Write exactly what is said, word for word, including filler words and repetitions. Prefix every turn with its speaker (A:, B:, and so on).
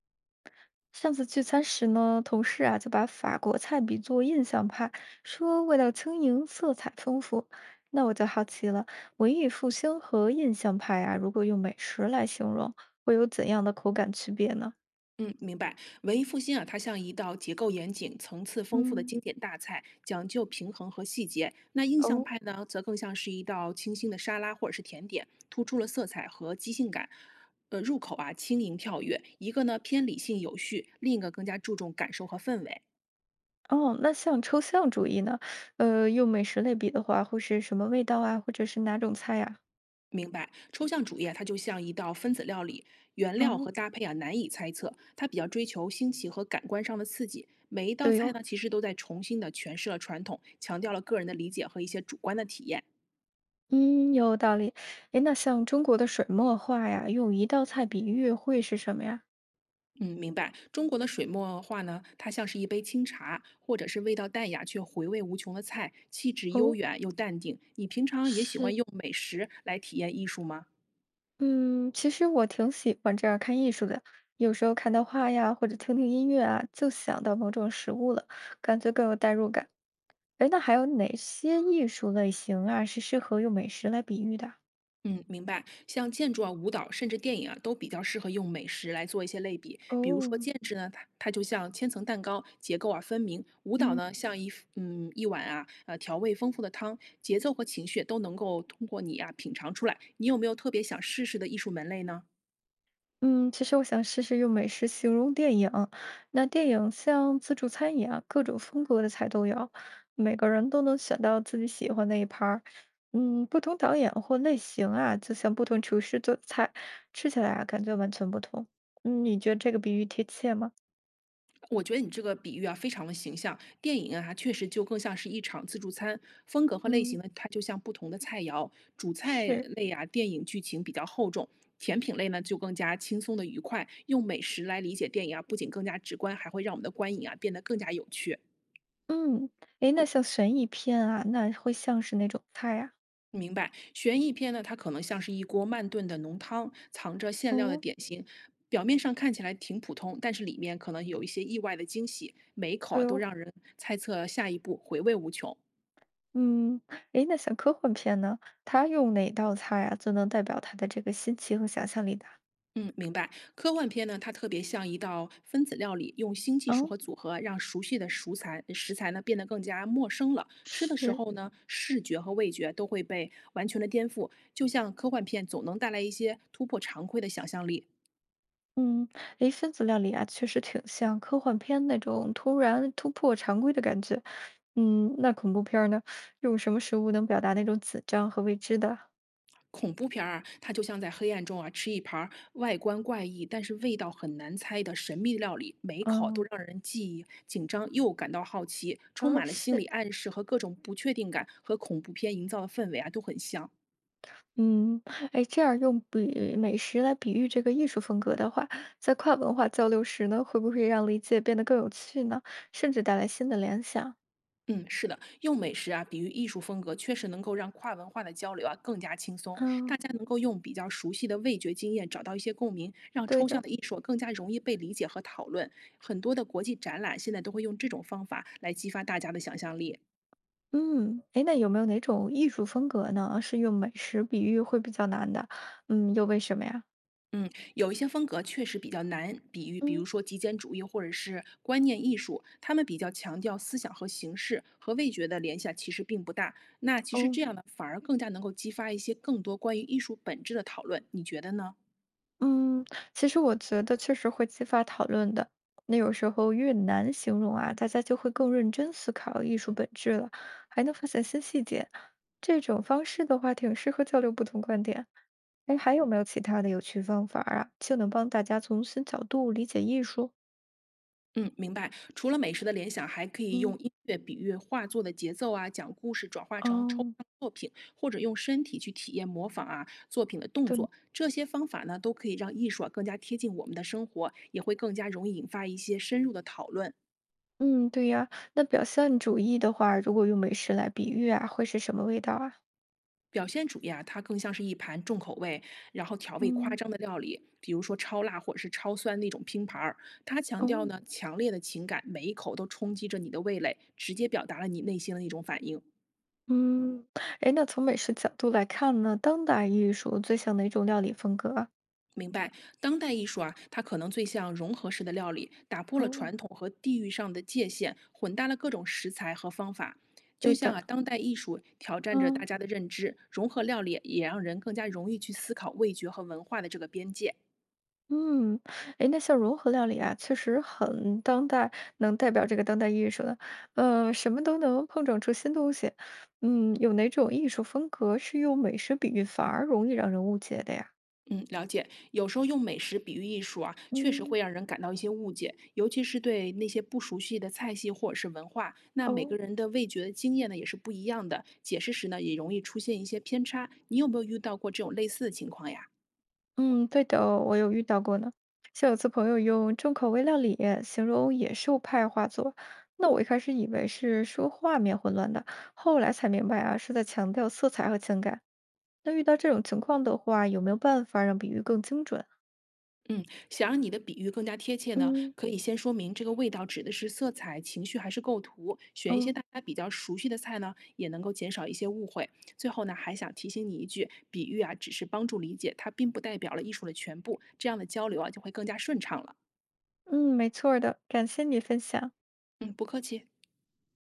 A: 上次聚餐时呢，同事啊就把法国菜比作印象派，说味道轻盈，色彩丰富。那我就好奇了，文艺复兴和印象派啊，如果用美食来形容，会有怎样的口感区别呢？
B: 嗯，明白。文艺复兴啊，它像一道结构严谨、层次丰富的
A: 嗯，
B: 经典大菜，讲究平衡和细节。那印象
A: 哦
B: 派呢，则更像是一道清新的沙拉或者是甜点，突出了色彩和即兴感。呃，入口啊轻盈跳跃，一个呢偏理性有序，另一个更加注重感受和氛围。
A: 哦，那像抽象主义呢？呃，用美食类比的话，会是什么味道啊，或者是哪种菜呀、
B: 明白，抽象主义啊，它就像一道分子料理，原料
A: 哦，
B: 和搭配啊难以猜测，它比较追求新奇和感官上的刺激。每一道
A: 对
B: 菜
A: 哦，
B: 呢，其实都在重新的诠释了传统，强调了个人的理解和一些主观的体验。
A: 嗯，有道理。诶，那像中国的水墨画呀，用一道菜比喻会是什么呀？
B: 嗯，明白。中国的水墨画呢，它像是一杯清茶，或者是味道淡雅却回味无穷的菜，气质悠
A: 哦。
B: 远又淡定。你平常也喜
A: 是
B: 欢用美食来体验艺术吗？
A: 嗯，其实我挺喜欢这样看艺术的，有时候看到画呀，或者听听音乐啊，就想到某种食物了，感觉更有代入感。哎，那还有哪些艺术类型啊，是适合用美食来比喻的？
B: 嗯，明白。像建筑啊、舞蹈甚至电影啊，都比较适合用美食来做一些类比。比如
A: 哦，
B: 说建筑呢，它它就像千层蛋糕，结构啊分明；舞蹈
A: 嗯。
B: 呢，像一嗯一碗啊呃调味丰富的汤，节奏和情绪都能够通过你啊品尝出来。你有没有特别想试试的艺术门类呢？
A: 嗯，其实我想试试用美食形容电影。那电影像自助餐一样，各种风格的菜都有，每个人都能选到自己喜欢那一盘儿。嗯，不同导演或类型啊，就像不同厨师做的菜，吃起来啊感觉完全不同。嗯，你觉得这个比喻贴切吗？
B: 我觉得你这个比喻啊，非常的形象。电影啊，它确实就更像是一场自助餐，风格和类型
A: 嗯，
B: 呢，它就像不同的菜肴。主菜
A: 是
B: 类啊，电影剧情比较厚重；甜品类呢，就更加轻松的愉快。用美食来理解电影啊，不仅更加直观，还会让我们的观影啊变得更加有趣。
A: 嗯，诶，那像悬疑片啊，那会像是哪种菜呀？
B: 明白，悬疑片呢，它可能像是一锅慢炖的浓汤，藏着馅料的
A: 哦。
B: 点心，表面上看起来挺普通，但是里面可能有一些意外的惊喜，每一口啊
A: 对
B: 都
A: 哦。
B: 让人猜测下一步，回味无穷。
A: 嗯，诶，那像科幻片呢，它用哪道菜啊，最能代表它的这个新奇和想象力的？
B: 嗯，明白。科幻片呢，它特别像一道分子料理，用新技术
A: 哦，
B: 和组合，让熟悉的熟材食材呢变得更加陌生了。吃的时
A: 是，
B: 候呢，视觉和味觉都会被完全的颠覆。就像科幻片总能带来一些突破常规的想象力，
A: 嗯，诶，分子料理啊，确实挺像科幻片那种突然突破常规的感觉。嗯，那恐怖片儿呢，用什么食物能表达那种紧张和未知的？
B: 恐怖片儿啊，它就像在黑暗中啊吃一盘儿外观怪异，但是味道很难猜的神秘料理，每一口都
A: 嗯，
B: 让人既紧张又感到好奇，充
A: 哦，
B: 满了心
A: 是，
B: 理暗示和各种不确定感，和恐怖片营造的氛围啊都很像。
A: 嗯，哎，这样用比美食来比喻这个艺术风格的话，在跨文化交流时呢，会不会让理解变得更有趣呢？甚至带来新的联想？
B: 嗯，是的，用美食啊比喻艺术风格，确实能够让跨文化的交流啊更加轻松。
A: 嗯，
B: 大家能够用比较熟悉的味觉经验找到一些共鸣，让
A: 对
B: 抽象
A: 的。
B: 的艺术更加容易被理解和讨论。很多的国际展览现在都会用这种方法来激发大家的想象力。
A: 嗯，哎，那有没有哪种艺术风格呢，是用美食比喻会比较难的？嗯，又为什么呀？
B: 嗯，有一些风格确实比较难比喻，比如
A: 嗯，
B: 说极简主义或者是观念艺术，他们比较强调思想和形式，和味觉的联系，其实并不大。那其实
A: 哦，
B: 这样呢，反而更加能够激发一些更多关于艺术本质的讨论，你觉得呢？
A: 嗯，其实我觉得确实会激发讨论的。那有时候越难形容啊，大家就会更认真思考艺术本质了，还能发现新细节。这种方式的话，挺适合交流不同观点。哎，还有没有其他的有趣方法啊，就能帮大家从新角度理解艺术？
B: 嗯，明白。除了美食的联想，还可以
A: 嗯，
B: 用音乐比喻画作的节奏啊，讲故事转化成抽
A: 哦，
B: 象作品，或者用身体去体验模仿啊作品的动
A: 对。
B: 作。这些方法呢，都可以让艺术啊更加贴近我们的生活，也会更加容易引发一些深入的讨论。
A: 嗯，对呀，那表现主义的话，如果用美食来比喻啊，会是什么味道啊？
B: 表现主义啊，它更像是一盘重口味，然后调味夸
A: 嗯，
B: 张的料理，比如说超辣或者是超酸那种拼盘儿。它强调
A: 哦，
B: 呢强烈的情感，每一口都冲击着你的味蕾，直接表达了你内心的那种反应。
A: 嗯，哎，那从美食角度来看呢，当代艺术最像哪种料理风格啊？
B: 明白，当代艺术啊，它可能最像融合式的料理，打破了
A: 哦，
B: 传统和地域上的界限，混搭了各种食材和方法。就
A: 对
B: 像
A: 的，
B: 啊，当代艺术挑战着大
A: 嗯
B: 家的认知，融合料理也让人更加容易去思考味觉和文化的这个边界。
A: 嗯，哎，那像融合料理啊，确实很当代，能代表这个当代艺术的，呃，什么都能碰撞出新东西。嗯，有哪种艺术风格是用美食比喻反而容易让人误解的呀？
B: 嗯，了解。有时候用美食比喻艺术啊，确实
A: 嗯。
B: 会让人感到一些误解，尤其是对那些不熟悉的菜系或者是文化。那每
A: 哦。
B: 个人的味觉的经验呢，也是不一样的，解释时呢，也容易出现一些偏差。你有没有遇到过这种类似的情况呀？
A: 嗯，对的哦我有遇到过呢。像有次朋友用重口味料理形容野兽派画作，那我一开始以为是说画面混乱的，后来才明白啊，是在强调色彩和情感。那遇到这种情况的话，有没有办法让比喻更精准？
B: 嗯，想让你的比喻更加贴切呢，
A: 嗯，
B: 可以先说明这个味道指的是色彩、情绪还是构图，选一
A: 哦，
B: 些大家比较熟悉的菜呢，也能够减少一些误会。最后呢，还想提醒你一句，比喻啊只是帮助理解，它并不代表了艺术的全部，这样的交流啊就会更加顺畅了。
A: 嗯，没错儿的，感谢你分享。
B: 嗯，不客气。